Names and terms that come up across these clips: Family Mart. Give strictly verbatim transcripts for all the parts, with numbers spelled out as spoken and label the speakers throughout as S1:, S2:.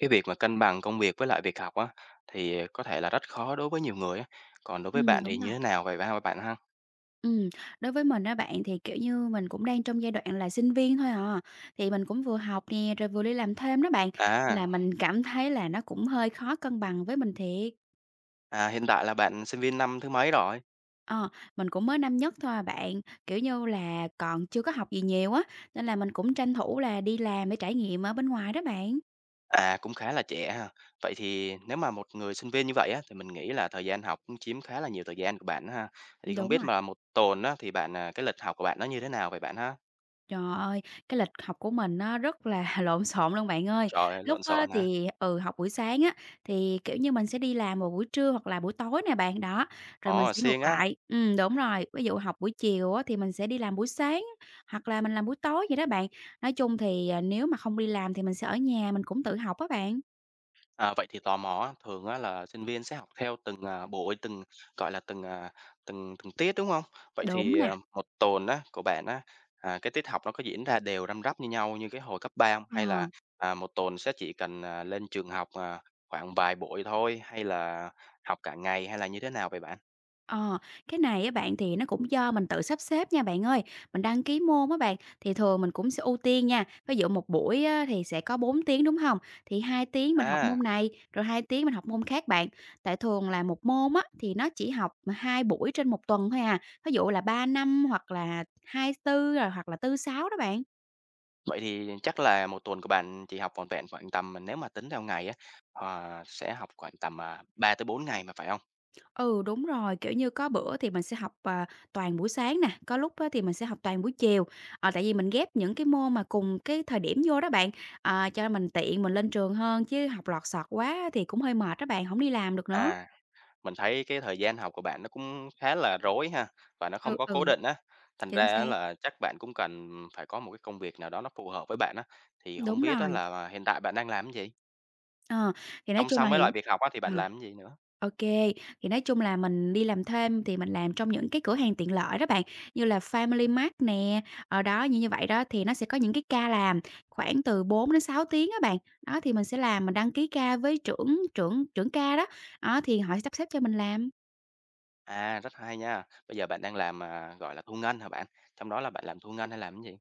S1: Cái việc mà cân bằng công việc với lại việc học á, thì có thể là rất khó đối với nhiều người á. Còn đối với
S2: Ừm,
S1: bạn thì
S2: đúng rồi.
S1: như thế nào vậy ha bạn ha?
S2: Ừm, Đối với mình á bạn thì, kiểu như, mình cũng đang trong giai đoạn là sinh viên thôi à, thì mình cũng vừa học nè, rồi vừa đi làm thêm đó bạn, nên là
S1: À,
S2: mình cảm thấy là nó cũng hơi khó cân bằng với mình thiệt.
S1: à, Hiện tại là bạn sinh viên năm thứ mấy rồi?
S2: Ờ, mình cũng mới năm nhất thôi à bạn, kiểu như là, còn chưa có học gì nhiều á, nên là mình cũng tranh thủ là đi làm để trải nghiệm ở bên ngoài đó bạn.
S1: À, cũng khá là trẻ ha. Vậy thì nếu mà một người sinh viên như vậy á, thì mình nghĩ là thời gian học cũng chiếm khá là nhiều thời gian của bạn đó ha.
S2: Ừm,
S1: Thì không
S2: đúng
S1: biết
S2: rồi.
S1: mà một tuần á, thì bạn à, cái lịch học của bạn nó như thế nào vậy bạn ha?
S2: Trời ơi, cái lịch học của mình nó rất là lộn xộn luôn bạn ơi.
S1: Trời ơi,
S2: Lúc
S1: lộn
S2: á
S1: xộn hả?
S2: thì, ừ, học buổi sáng á, thì, kiểu như, mình sẽ đi làm vào buổi trưa hoặc là buổi tối nè bạn, đó, rồi mình
S1: Ồ,
S2: sẽ
S1: siêng
S2: ngược
S1: á.
S2: lại. Ừm, đúng rồi, ví dụ học buổi chiều á thì mình sẽ đi làm buổi sáng hoặc là mình làm buổi tối vậy đó bạn. Nói chung thì, à, nếu mà không đi làm thì mình sẽ ở nhà mình cũng tự học á bạn.
S1: À, vậy thì tò mò á, thường á là sinh viên sẽ học theo từng, à, buổi, từng, gọi là, từng, à, từng từng tiết, đúng không? Vậy
S2: Đúng
S1: thì,
S2: nè,
S1: à, một tuần á, của bạn á, à, cái tiết học nó có diễn ra đều răm rắp như nhau như cái hồi cấp ba không? Hay
S2: ờ.
S1: là, à, một tuần sẽ chỉ cần, à, lên trường học, à, khoảng vài buổi thôi, hay là học cả ngày, hay là như thế nào vậy bạn?
S2: Ờ, cái này á bạn thì nó cũng do mình tự sắp xếp nha bạn ơi. Mình đăng ký môn á bạn, thì thường mình cũng sẽ ưu tiên nha. Ví dụ một buổi á, thì sẽ có bốn tiếng đúng không? Thì hai tiếng mình học
S1: À,
S2: môn này, rồi hai tiếng mình học môn khác bạn. Tại thường là một môn á, thì nó chỉ học mà hai buổi trên một tuần thôi à. Ví dụ là ba năm hoặc là hai tư rồi hoặc là tư sáu đó bạn.
S1: vậy thì chắc là một tuần của bạn chỉ học vỏn vẹn khoảng tầm à, nếu mà tính theo ngày á, ờ, sẽ học khoảng tầm, à, ba tới bốn ngày mà, phải không?
S2: Ừ, đúng rồi, kiểu như, có bữa thì mình sẽ học, à, toàn buổi sáng nè, có lúc á thì mình sẽ học toàn buổi chiều, ờ, tại vì mình ghép những cái môn mà cùng cái thời điểm vô đó bạn, ờ, cho mình tiện mình lên trường hơn, chứ học lọt sọt quá thì cũng hơi mệt á bạn, không đi làm được nữa.
S1: À. Mình thấy cái thời gian học của bạn nó cũng khá là rối ha, và nó
S2: Ừ,
S1: không có cố
S2: ừ,
S1: định á. Thành
S2: chính
S1: ra
S2: xác,
S1: á là chắc bạn cũng cần phải có một cái công việc nào đó nó phù hợp với bạn á. Thì không
S2: đúng
S1: biết á
S2: rồi.
S1: là à, hiện tại bạn đang làm cái gì?
S2: Ờ, thì nói
S1: Song
S2: chung là
S1: song với
S2: hiện
S1: lại việc học á thì
S2: ờ,
S1: bạn làm cái gì nữa?
S2: ok thì nói chung là mình đi làm thêm thì mình làm trong những cái cửa hàng tiện lợi đó bạn, như là Family Mart nè, ở đó, như như vậy đó, thì nó sẽ có những cái ca làm khoảng từ bốn đến sáu tiếng á bạn. Đó, thì mình sẽ làm, mình đăng ký ca với trưởng trưởng trưởng ca đó, đó, thì họ sẽ sắp xếp cho mình làm.
S1: À, rất hay nha. Bây giờ bạn đang làm, à, gọi là, thu ngân hả bạn? Trong đó là bạn làm thu ngân hay làm cái gì?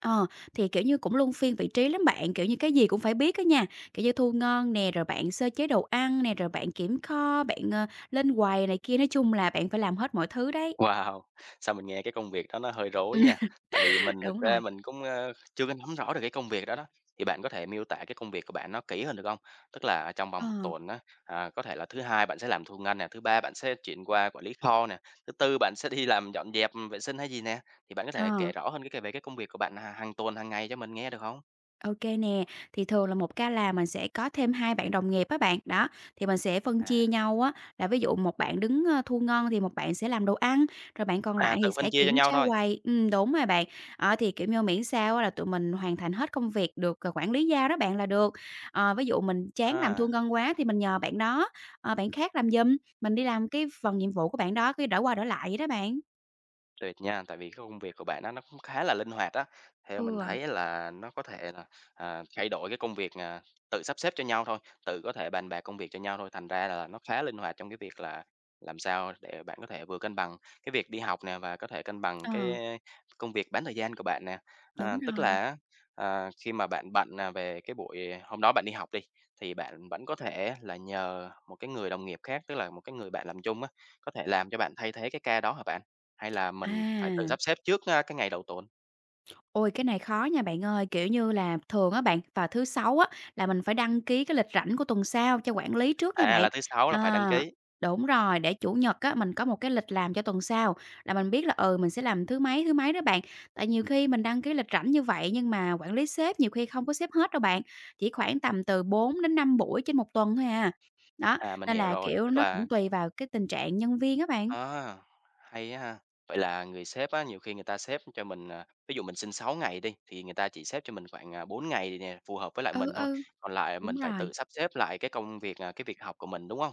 S2: Ờ, thì, kiểu như, cũng luân phiên vị trí lắm bạn, kiểu như, cái gì cũng phải biết á nha, kiểu như, thu ngân nè, rồi bạn sơ chế đồ ăn nè, rồi bạn kiểm kho, bạn, ờ, lên quầy này kia, nói chung là bạn phải làm hết mọi thứ đấy.
S1: Wow! Sao mình nghe cái công việc đó nó hơi rối nha. Tại vì mình thực
S2: Đúng rồi.
S1: ra mình cũng, ơ, chưa có nắm rõ được cái công việc đó đó, thì bạn có thể miêu tả cái công việc của bạn nó kỹ hơn được không? Tức là ở trong
S2: Ờ,
S1: vòng một tuần á, à, có thể là thứ Hai bạn sẽ làm thu ngân nè, thứ Ba bạn sẽ chuyển qua quản lý kho nè, thứ Tư bạn sẽ đi làm dọn dẹp, vệ sinh hay gì nè, thì bạn có
S2: ờ,
S1: thể kể rõ hơn cái cái về cái công việc của bạn h hàng tuần, hàng ngày cho mình nghe được không?
S2: OK nè. Thì thường là một ca là mình sẽ có thêm hai bạn đồng nghiệp á bạn, đó, thì mình sẽ phân chia
S1: À.
S2: nhau á, là ví dụ một bạn đứng, ơ, thu ngân thì một bạn sẽ làm đồ ăn, rồi bạn còn lại
S1: À,
S2: thì
S1: tự phân
S2: sẽ
S1: chia
S2: kiểm
S1: cho nhau
S2: tra
S1: thôi.
S2: quầy. Ừm, đúng rồi bạn. Ờ, thì, kiểu như, miễn sao á là tụi mình hoàn thành hết công việc được, ờ, quản lý giao đó bạn là được. Ờ, ví dụ mình chán làm thu
S1: À.
S2: ngân quá thì mình nhờ bạn đó, ờ, bạn khác làm giùm, mình đi làm cái phần nhiệm vụ của bạn đó, cứ đổi qua đổi lại vậy đó bạn.
S1: Tuyệt nha, tại vì cái công việc của bạn nó nó cũng khá là linh hoạt á. Theo
S2: Ừ,
S1: mình thấy là nó có thể là, à, thay đổi cái công việc, à, tự sắp xếp cho nhau thôi, tự có thể bàn bạc công việc cho nhau thôi, thành ra là nó khá linh hoạt trong cái việc là làm sao để bạn có thể vừa cân bằng cái việc đi học nè và có thể cân bằng
S2: ờ,
S1: cái công việc bán thời gian của bạn nè.
S2: đúng
S1: À, tức
S2: rồi.
S1: là à, khi mà bạn bận, à, về cái buổi à, hôm đó bạn đi học đi, thì bạn vẫn có thể là nhờ một cái người đồng nghiệp khác, tức là một cái người bạn làm chung á, có thể làm cho bạn thay thế cái ca đó hả bạn? Hay là mình phải tự sắp
S2: À.
S1: xếp trước, a, cái ngày đầu tuần?
S2: Ôi, cái này khó nha bạn ơi, kiểu như là, thường á bạn, vào thứ Sáu á là mình phải đăng ký cái lịch rảnh của tuần sau cho quản lý trước nha
S1: À,
S2: bạn.
S1: là thứ Sáu là phải đăng
S2: À,
S1: ký.
S2: đúng rồi, để Chủ nhật á mình có một cái lịch làm cho tuần sau, là mình biết là, ừ, mình sẽ làm thứ mấy, thứ mấy đó bạn. Tại nhiều khi mình đăng ký lịch rảnh như vậy nhưng mà quản lý sếp nhiều khi không có xếp hết đâu bạn, chỉ khoảng tầm từ bốn đến năm buổi trên một tuần thôi à. Đó,
S1: À, mình
S2: nên
S1: hiểu
S2: là,
S1: rồi,
S2: kiểu,
S1: tức
S2: nó
S1: là
S2: cũng tùy vào cái tình trạng nhân viên á bạn.
S1: à, hay á ha. Vậy là người sếp á, nhiều khi người ta xếp cho mình, à ví dụ mình xin sáu ngày đi, thì người ta chỉ xếp cho mình khoảng, à, bốn ngày nè, phù hợp với lại
S2: Ừ,
S1: mình thôi,
S2: ừ,
S1: còn lại
S2: đúng
S1: mình phải
S2: rồi.
S1: tự sắp xếp lại cái công việc, à, cái việc học của mình, đúng không?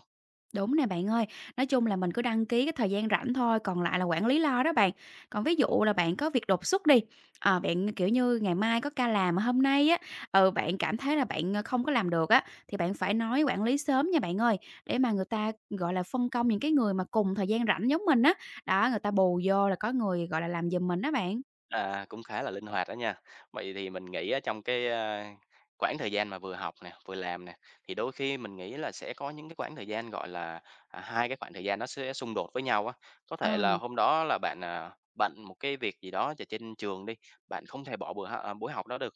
S2: Đúng nè bạn ơi, nói chung là mình cứ đăng ký cái thời gian rảnh thôi, còn lại là quản lý lo đó bạn. Còn ví dụ là bạn có việc đột xuất đi, ờ, bạn, kiểu như, ngày mai có ca làm mà hôm nay á, ừ, bạn cảm thấy là bạn, ờ, không có làm được á, thì bạn phải nói quản lý sớm nha bạn ơi, để mà người ta, gọi là, phân công những cái người mà cùng thời gian rảnh giống mình á, đó, người ta bù vô là có người, gọi là, làm giùm mình đó bạn.
S1: À, cũng khá là linh hoạt đó nha. Vậy thì mình nghĩ á, trong cái, a, quãng thời gian mà vừa học nè, vừa làm nè, thì đôi khi mình nghĩ là sẽ có những cái quãng thời gian, gọi là, à, hai cái khoảng thời gian nó sẽ xung đột với nhau á. Có thể là
S2: Ờ,
S1: hôm đó là bạn, à, bận một cái việc gì đó ở trên trường đi, bạn không thể bỏ bữa h à, buổi học đó được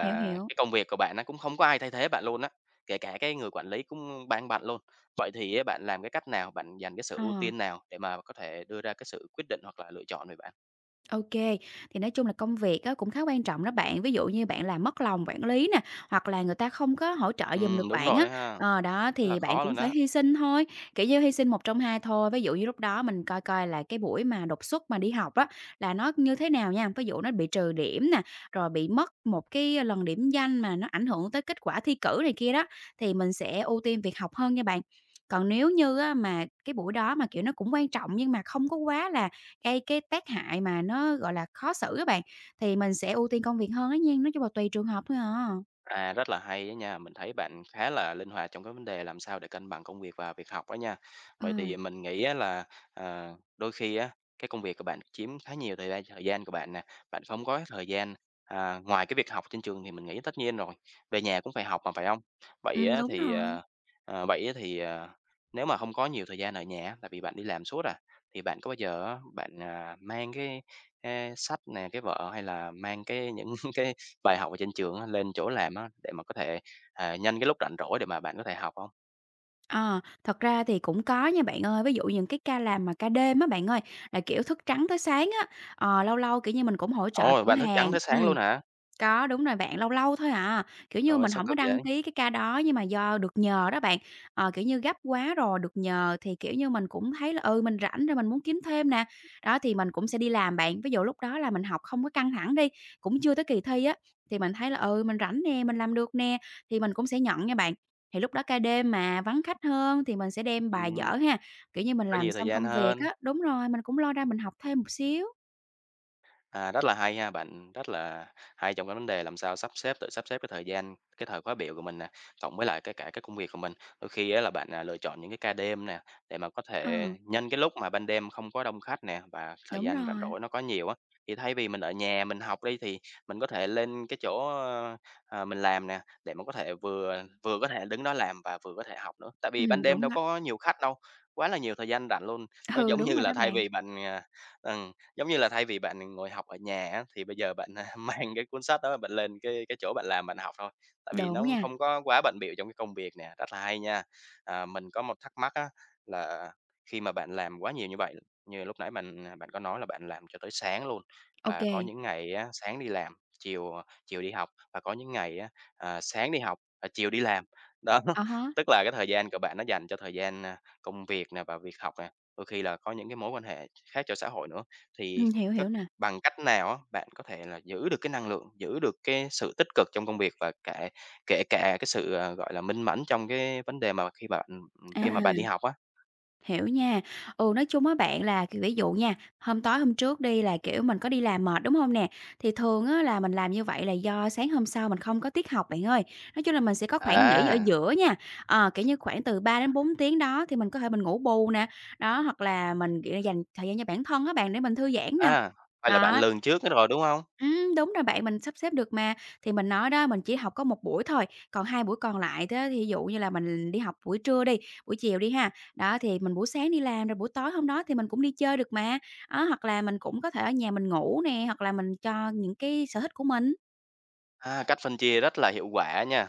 S2: hiểu, hiểu,
S1: cái công việc của bạn nó cũng không có ai thay thế bạn luôn á, kể cả cái người quản lý cũng đang bạn luôn. Vậy thì á, bạn làm cái cách nào, bạn dành cái sự
S2: ờ.
S1: ưu tiên nào để mà có thể đưa ra cái sự quyết định hoặc là lựa chọn về bạn?
S2: OK, thì nói chung là công việc á cũng khá quan trọng đó bạn. Ví dụ như bạn làm mất lòng quản lý nè, hoặc là người ta không có hỗ trợ giùm được
S1: Ừm, đúng
S2: bạn á,
S1: rồi ha.
S2: ờ, đó,
S1: Rất là
S2: thì bạn
S1: khó
S2: cũng
S1: luôn
S2: phải
S1: đó.
S2: hy sinh thôi, kiểu như, hy sinh một trong hai thôi. Ví dụ như lúc đó mình coi coi là cái buổi mà đột xuất mà đi học á, là nó như thế nào nha. Ví dụ nó bị trừ điểm nè, rồi bị mất một cái lần điểm danh mà nó ảnh hưởng tới kết quả thi cử này kia đó, thì mình sẽ ưu tiên việc học hơn nha bạn. Còn nếu như á mà cái buổi đó mà, kiểu, nó cũng quan trọng nhưng mà không có quá là cái cái tác hại mà nó, gọi là, khó xử á bạn, thì mình sẽ ưu tiên công việc hơn á nhen, nói chung là tùy trường hợp thôi à.
S1: À, rất là hay á nha, mình thấy bạn khá là linh hoạt trong cái vấn đề làm sao để cân bằng công việc và việc học đó nha.
S2: Ờ,
S1: Vậy thì mình nghĩ á là, à, đôi khi á, cái công việc của bạn chiếm khá nhiều thời gian thời gian của bạn nè, bạn không có thời gian, à, ngoài cái việc học trên trường thì mình nghĩ tất nhiên rồi, về nhà cũng phải học mà, phải không? Vậy
S2: ừm,
S1: á
S2: đúng
S1: thì,
S2: rồi.
S1: ờ, ờ, vậy á thì, ờ, nếu mà không có nhiều thời gian ở nhà tại vì bạn đi làm suốt à, thì bạn có bao giờ á, bạn, à, mang cái, a, sách nè, cái vở hay là mang cái những cái bài học ở trên trường á, lên chỗ làm á, để mà có thể, à, nhanh cái lúc rảnh rỗi để mà bạn có thể học hông?
S2: Ờ, Thật ra thì cũng có nha bạn ơi, ví dụ những cái ca làm mà ca đêm á bạn ơi, là, kiểu, thức trắng tới sáng á, ờ, lâu lâu, kiểu như, mình cũng hỗ trợ
S1: Ồ,
S2: cửa
S1: bạn thức trắng
S2: hàng
S1: tới
S2: ừm.
S1: sáng luôn hả?
S2: Có, đúng rồi bạn, lâu lâu thôi à. Kiểu như,
S1: Trời ơi,
S2: mình
S1: sao
S2: hổng có
S1: cực
S2: đăng
S1: vậy?
S2: ký cái ca đó nhưng mà do được nhờ đó bạn, ờ, kiểu như, gấp quá rồi được nhờ thì, kiểu như, mình cũng thấy là, ừ, mình rảnh rồi mình muốn kiếm thêm nè. Đó, thì mình cũng sẽ đi làm bạn, ví dụ lúc đó là mình học không có căng thẳng đi, cũng chưa tới kỳ thi á, thì mình thấy là, ừ, mình rảnh nè, mình làm được nè, thì mình cũng sẽ nhận nha bạn. Thì lúc đó ca đêm mà vắng khách hơn thì mình sẽ đem bài
S1: Ừm,
S2: dở ha, kiểu như, mình
S1: có
S2: làm
S1: nhiều thời
S2: xong
S1: gian
S2: công việc
S1: hơn.
S2: á đúng rồi, mình cũng lôi ra mình học thêm một xíu.
S1: À, rất là hay ha, bạn rất là hay trong cái vấn đề làm sao sắp xếp tự sắp xếp cái thời gian, cái thời khóa biểu của mình nè, cộng với lại cái cả cái công việc của mình. Đôi khi á là bạn, à, lựa chọn những cái ca đêm nè, để mà có
S2: Ờ,
S1: thể nhân cái lúc mà ban đêm không có đông khách nè và thời
S2: đúng
S1: gian rảnh
S2: rồi,
S1: rỗi nó có nhiều á, thì thay vì mình ở nhà mình học đi thì mình có thể lên cái chỗ, ơ, ờ, à, mình làm nè, để mà có thể vừa vừa có thể đứng đó làm và vừa có thể học nữa. Tại vì ban
S2: ừm,
S1: đêm
S2: đúng
S1: đâu
S2: đó.
S1: có nhiều khách đâu, quá là nhiều thời gian rảnh luôn, nó
S2: Ừ,
S1: giống
S2: đúng
S1: như
S2: rồi đó
S1: là thay
S2: bạn.
S1: vì bạn, à ừm. Giống như là thay vì bạn ngồi học ở nhà á, thì bây giờ bạn, mang cái cuốn sách đó bạn lên cái cái chỗ bạn làm bạn học thôi, tại vì
S2: Đúng
S1: nó cũng
S2: nha,
S1: không có quá bận bịu trong cái công việc nè, rất là hay nha. À, mình có một thắc mắc á, là khi mà bạn làm quá nhiều như vậy, như lúc nãy mình à, bạn có nói là bạn làm cho tới sáng luôn,
S2: ok,
S1: và
S2: kê,
S1: có những ngày á, sáng đi làm, chiều, à, chiều đi học, và có những ngày á, à, sáng đi học, và chiều đi làm. Đó,
S2: à há,
S1: tức là cái thời gian của bạn nó dành cho thời gian, a, công việc nè và việc học nè, đôi khi là có những cái mối quan hệ khác cho xã hội nữa. Thì
S2: ừ, hiểu,
S1: cách
S2: hiểu nè,
S1: bằng cách nào á, bạn có thể là giữ được cái năng lượng, giữ được cái sự tích cực trong công việc và cả kể cả cái sự, à, gọi là, minh mẫn trong cái vấn đề mà khi mà bạn,
S2: à,
S1: khi mà bạn đi học á?
S2: hiểu nha. Ừ, nói chung á bạn là, kiểu, ví dụ nha, hôm tối hôm trước đi là, kiểu, mình có đi làm mệt, đúng không nè? Thì thường á là mình làm như vậy là do sáng hôm sau mình không có tiết học bạn ơi. Nói chung là mình sẽ có khoảng nghỉ ở
S1: À,
S2: giữa nha, ờ, kiểu như, khoảng từ ba đến bốn tiếng đó thì mình có thể mình ngủ bù nè, đó, hoặc là mình, kiểu, dành thời gian cho bản thân á bạn để mình thư giãn nè.
S1: à, vậy là bạn
S2: Đó,
S1: lường trước cái rồi, đúng không?
S2: Ừm, đúng rồi bạn, mình sắp xếp được mà. Thì mình nói đó, mình chỉ học có một buổi thôi, còn hai buổi còn lại thế thí dụ như là mình đi học buổi trưa đi, buổi chiều đi ha, đó, thì mình buổi sáng đi làm rồi buổi tối hôm đó thì mình cũng đi chơi được mà. Á, hoặc là mình cũng có thể ở nhà mình ngủ nè, hoặc là mình cho những cái sở thích của mình.
S1: A, cách phân chia rất là hiệu quả nha,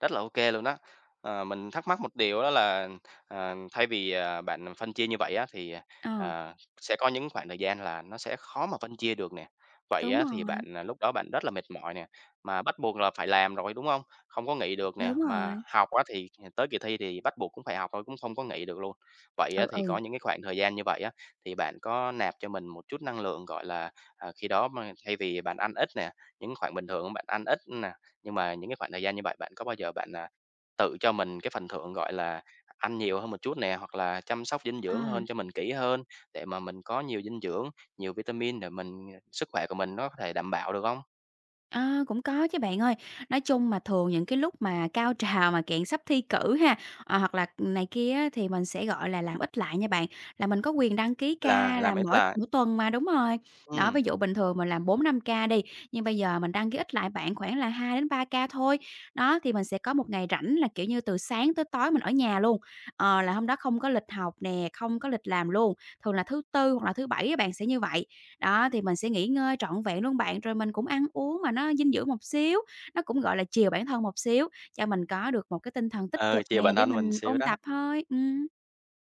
S1: rất là ok luôn đó. Ờ, mình thắc mắc một điều đó là, ờ, thay vì, à, bạn phân chia như vậy á thì,
S2: Ờ,
S1: à, sẽ có những khoảng thời gian là nó sẽ khó mà phân chia được nè. Vậy
S2: đúng
S1: á thì
S2: rồi,
S1: bạn, à, lúc đó bạn rất là mệt mỏi nè, mà bắt buộc là phải làm rồi, đúng không? Không có nghỉ được nè,
S2: đúng
S1: mà
S2: rồi.
S1: học á thì tới kỳ thi thì bắt buộc cũng phải học thôi, cũng không có nghỉ được luôn. Vậy
S2: Ừ,
S1: á thì
S2: ừ,
S1: có những cái khoảng thời gian như vậy á, thì bạn có nạp cho mình một chút năng lượng, gọi là, à, khi đó mà thay vì bạn ăn ít nè, những khoảng bình thường bạn ăn ít nè, nhưng mà những cái khoảng thời gian như vậy bạn có bao giờ bạn, à, tự cho mình cái phần thưởng, gọi là, ăn nhiều hơn một chút nè, hoặc là chăm sóc dinh
S2: ờ.
S1: dưỡng hơn cho mình kỹ hơn để mà mình có nhiều dinh dưỡng, nhiều vitamin để mình à, sức khỏe của mình nó có thể đảm bảo được không?
S2: Ờ, Cũng có chứ bạn ơi. Nói chung mà thường những cái lúc mà cao trào mà kiện sắp thi cử ha, ờ, hoặc là ừ, này kia á, thì mình sẽ, gọi là, làm ít lại nha bạn, là mình có quyền đăng ký
S1: Là
S2: ca là
S1: làm ít
S2: mỗi
S1: lại
S2: mỗi tuần mà, đúng rồi. Đó,
S1: ừm,
S2: ví dụ bình thường mình làm bốn năm ca đi, nhưng bây giờ mình đăng ký ít lại bạn khoảng là hai đến ba ca thôi. Đó, thì mình sẽ có một ngày rảnh là, kiểu như, từ sáng tới tối mình ở nhà luôn, ờ, là hôm đó không có lịch học nè, không có lịch làm luôn, thường là thứ Tư hoặc là thứ Bảy á bạn, sẽ như vậy. Đó, thì mình sẽ nghỉ ngơi trọn vẹn luôn bạn, rồi mình cũng ăn uống mà nó dinh dưỡng một xíu, nó cũng, gọi là, chiều bản thân một xíu cho mình có được một cái tinh thần tích
S1: ờ,
S2: cực
S1: chiều
S2: nè
S1: bản
S2: để
S1: thân mình
S2: mình
S1: xíu
S2: ôn
S1: đó.
S2: tập thôi. Ừm,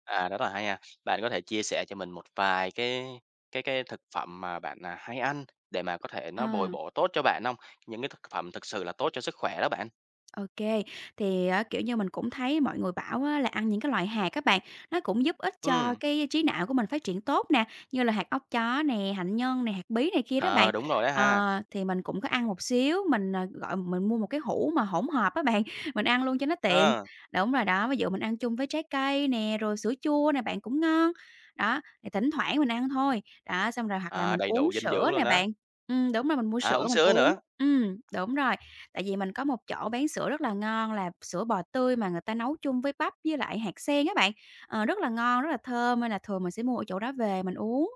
S1: À, rất là hay ha. Bạn có thể chia sẻ cho mình một vài cái cái cái thực phẩm mà bạn, à, hay ăn để mà có thể
S2: ờ.
S1: nó bồi bổ tốt cho bạn không? Những cái thực phẩm thực sự là tốt cho sức khỏe đó bạn.
S2: ô kê. Thì, ờ, kiểu như, mình cũng thấy mọi người bảo á là ăn những cái loại hạt các bạn, nó cũng giúp ích cho
S1: Ừm.
S2: cái trí não của mình phát triển tốt nè, như là hạt óc chó nè, hạnh nhân nè, hạt bí này kia đó bạn.
S1: Ờ, đúng rồi đó ha.
S2: Ờ, thì mình cũng có ăn một xíu, mình, ờ, gọi mình mua một cái hũ mà hỗn hợp á bạn, mình ăn luôn cho nó tiện.
S1: Ờ,
S2: Đúng rồi đó, ví dụ mình ăn chung với trái cây nè, rồi sữa chua nè bạn, cũng ngon. Đó, thì thỉnh thoảng mình ăn thôi. Đó, xong rồi hoặc là
S1: à,
S2: mình
S1: Đầy
S2: uống
S1: đủ dinh
S2: sữa
S1: dưỡng luôn
S2: nè
S1: đó.
S2: bạn. Ừm, đúng rồi, mình mua
S1: À,
S2: sữa
S1: uống
S2: mình
S1: sứa
S2: uống.
S1: nữa.
S2: Ừm, đúng rồi. Tại vì mình có một chỗ bán sữa rất là ngon là sữa bò tươi mà người ta nấu chung với bắp với lại hạt sen á bạn, ờ, rất là ngon, rất là thơm nên là thường mình sẽ mua ở chỗ đó về mình uống.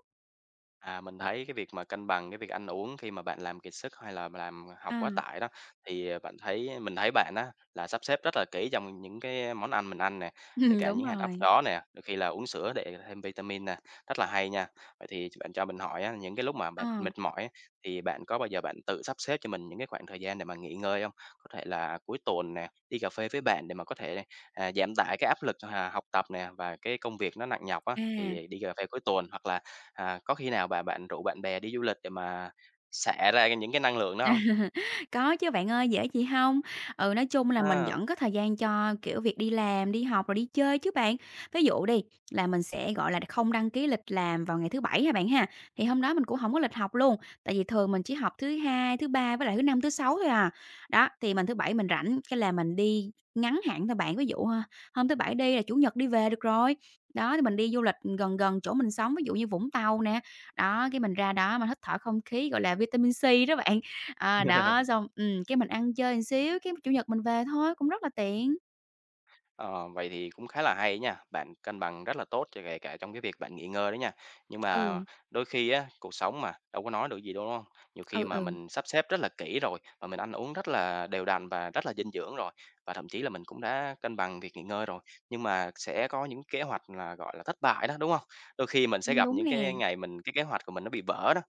S1: À, mình thấy cái việc mà cân bằng cái việc ăn uống khi mà bạn làm kiệt sức hay là làm học
S2: À,
S1: quá tải đó, thì, ờ, bạn thấy à, mình thấy bạn á là sắp xếp rất là kỹ trong những cái món ăn mình ăn nè, kể cả
S2: đúng
S1: những hạt óc
S2: rồi.
S1: chó nè, đôi khi là uống sữa để thêm vitamin nè, rất là hay nha. Vậy thì bạn cho mình hỏi á, những cái lúc mà
S2: Ờ,
S1: bạn mệt mỏi á, thì bạn có bao giờ bạn tự sắp xếp cho mình những cái khoảng thời gian để mà nghỉ ngơi không? Có thể là cuối tuần nè, đi cà phê với bạn để mà có thể, à, giảm tải cái áp lực, à, học tập nè và cái công việc nó nặng nhọc á,
S2: à.
S1: thì đi cà phê cuối tuần, hoặc là à, có khi nào bà bạn rủ bạn bè đi du lịch để mà xả ra những cái năng lượng đó không?
S2: Có chứ bạn ơi, dễ gì không? Ừ, nói chung là mình
S1: A.
S2: vẫn có thời gian cho, kiểu, việc đi làm, đi học rồi đi chơi chứ bạn. Ví dụ đi, là mình sẽ, gọi là, không đăng ký lịch làm vào ngày thứ Bảy ha bạn ha, thì hôm đó mình cũng không có lịch học luôn, tại vì thường mình chỉ học thứ Hai, thứ Ba với lại thứ Năm, thứ Sáu thôi à. Đó, thì mình thứ Bảy mình rảnh, cái là mình đi ngắn hạn thôi bạn, ví dụ, ha, hôm thứ Bảy đi là Chủ nhật đi về được rồi. Đó, thì mình đi du lịch gần gần chỗ mình sống, ví dụ như Vũng Tàu nè, đó, cái mình ra đó mình hít thở không khí, gọi là, vitamin C đó bạn. À, đó, xong ừm, cái mình ăn chơi một xíu, cái Chủ nhật mình về thôi, cũng rất là tiện.
S1: Ờ, vậy thì cũng khá là hay nha, bạn cân bằng rất là tốt cho kể cả trong cái việc bạn nghỉ ngơi đó nha. Nhưng mà
S2: Ừ,
S1: đôi khi á, cuộc sống mà, đâu có nói được gì đâu, đúng hông? Nhiều khi
S2: ừ,
S1: mà
S2: ừ,
S1: mình sắp xếp rất là kỹ rồi, và mình ăn uống rất là đều đặn và rất là dinh dưỡng rồi, và thậm chí là mình cũng đã cân bằng việc nghỉ ngơi rồi, nhưng mà sẽ có những kế hoạch là, gọi là, thất bại đó, đúng không? Đôi khi mình sẽ
S2: ừm,
S1: gặp
S2: đúng
S1: những cái
S2: nè,
S1: ngày mình cái kế hoạch của mình nó bị vỡ đó,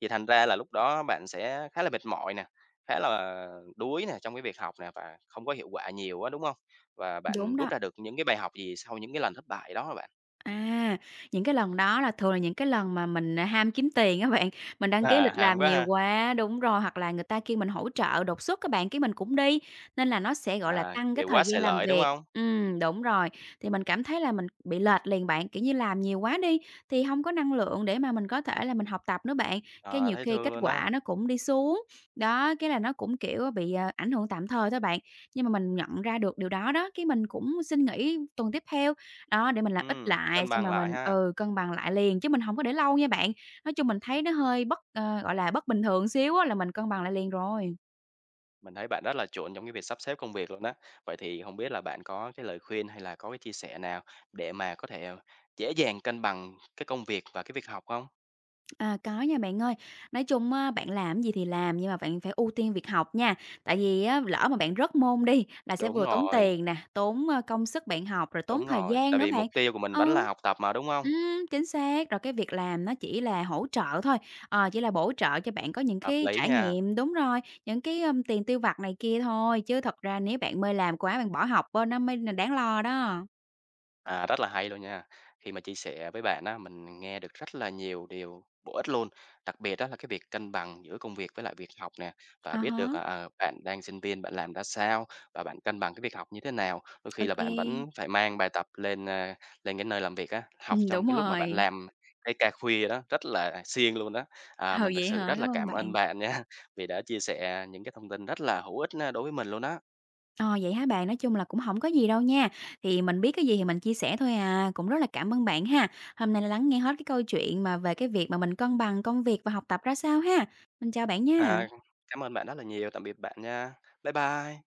S1: thì thành ra là lúc đó bạn sẽ khá là mệt mỏi nè, khá là đuối nè trong cái việc học nè và không có hiệu quả nhiều á, đúng không? Và
S2: đúng
S1: bạn rút
S2: đó.
S1: ra được những cái bài học gì sau những cái lần thất bại đó hả bạn?
S2: À, những cái lần đó là thường là những cái lần mà mình, à, ham kiếm tiền á bạn, mình đăng ký lịch
S1: À, ham
S2: làm
S1: quá
S2: nhiều
S1: ha.
S2: quá đúng rồi, hoặc là người ta kêu mình hỗ trợ đột xuất các bạn, cái mình cũng đi, nên là nó sẽ, gọi là,
S1: À,
S2: tăng cái
S1: kiểu,
S2: thời
S1: quá xài
S2: gian làm
S1: lợi, đúng
S2: việc.
S1: không?
S2: Ừm, đúng rồi, thì mình cảm thấy là mình bị lệch liền bạn, kiểu như, làm nhiều quá đi thì không có năng lượng để mà mình có thể là mình học tập nữa bạn, cái
S1: Ờ,
S2: nhiều
S1: thấy
S2: khi
S1: thương
S2: kết
S1: luôn á.
S2: quả nó cũng đi xuống. Đó, cái là nó cũng, kiểu, bị, à, ảnh hưởng tạm thời thôi bạn, nhưng mà mình nhận ra được điều đó đó, cái mình cũng xin nghỉ tuần tiếp theo, đó, để mình làm ít
S1: Ừm,
S2: lại
S1: cân
S2: xong
S1: bằng
S2: rồi
S1: lại
S2: mình
S1: ha.
S2: ừ, cân bằng lại liền, chứ mình hổng có để lâu nha bạn. Nói chung mình thấy nó hơi bất ờ, gọi là, bất bình thường xíu á là mình cân bằng lại liền rồi.
S1: Mình thấy bạn rất là chuộng trong cái việc sắp xếp công việc luôn á. Vậy thì không biết là bạn có cái lời khuyên hay là có cái chia sẻ nào để mà có thể, ờ, dễ dàng cân bằng cái công việc và cái việc học không?
S2: À, có nha bạn ơi. Nói chung á, bạn làm gì thì làm nhưng mà bạn phải ưu tiên việc học nha. Tại vì á, lỡ mà bạn rớt môn đi là sẽ
S1: Đúng
S2: vừa tốn
S1: rồi,
S2: tiền nè, tốn, ơ, công sức bạn học, rồi tốn
S1: đúng
S2: thời
S1: rồi,
S2: gian
S1: tại
S2: nữa
S1: vì
S2: bạn.
S1: mục tiêu của mình
S2: Ờ.
S1: vẫn là học tập mà, đúng không?
S2: Ừm, chính xác. Rồi cái việc làm nó chỉ là hỗ trợ thôi, ờ, chỉ là bổ trợ cho bạn có những
S1: Hợp
S2: cái
S1: lý
S2: trải
S1: nha.
S2: nghiệm đúng rồi, những cái, ưm, tiền tiêu vặt này kia thôi, chứ thật ra nếu bạn mê làm quá, bạn bỏ học á, nó mới là đáng lo đó.
S1: À, rất là hay luôn nha. Khi mà chia sẻ với bạn á, mình nghe được rất là nhiều điều bổ ích luôn. Đặc biệt đó là cái việc cân bằng giữa công việc với lại việc học nè và
S2: À
S1: biết được
S2: há,
S1: à, à, bạn đang sinh viên bạn làm ra sao và bạn cân bằng cái việc học như thế nào. Đôi
S2: ô
S1: khi là
S2: kê.
S1: bạn vẫn phải mang bài tập lên à, lên cái nơi làm việc á, học
S2: Đúng
S1: trong cái lúc mà bạn
S2: rồi.
S1: làm cái ca khuya đó rất là siêng luôn đó. À,
S2: Ừ,
S1: mình thực
S2: vậy
S1: sự
S2: hả?
S1: rất là
S2: Cảm ơn
S1: cảm ơn
S2: bạn.
S1: bạn nha vì đã chia sẻ những cái thông tin rất là hữu ích à, đối với mình luôn đó.
S2: Ờ, vậy hả bạn? Nói chung là cũng không có gì đâu nha. Thì mình biết cái gì thì mình chia sẻ thôi à, cũng rất là cảm ơn bạn ha. Hôm nay là lắng nghe hết cái câu chuyện mà về cái việc mà mình cân bằng công việc và học tập ra sao ha. Mình chào bạn
S1: À,
S2: nha.
S1: cảm ơn bạn rất là nhiều. Tạm biệt bạn nha. Bye bye.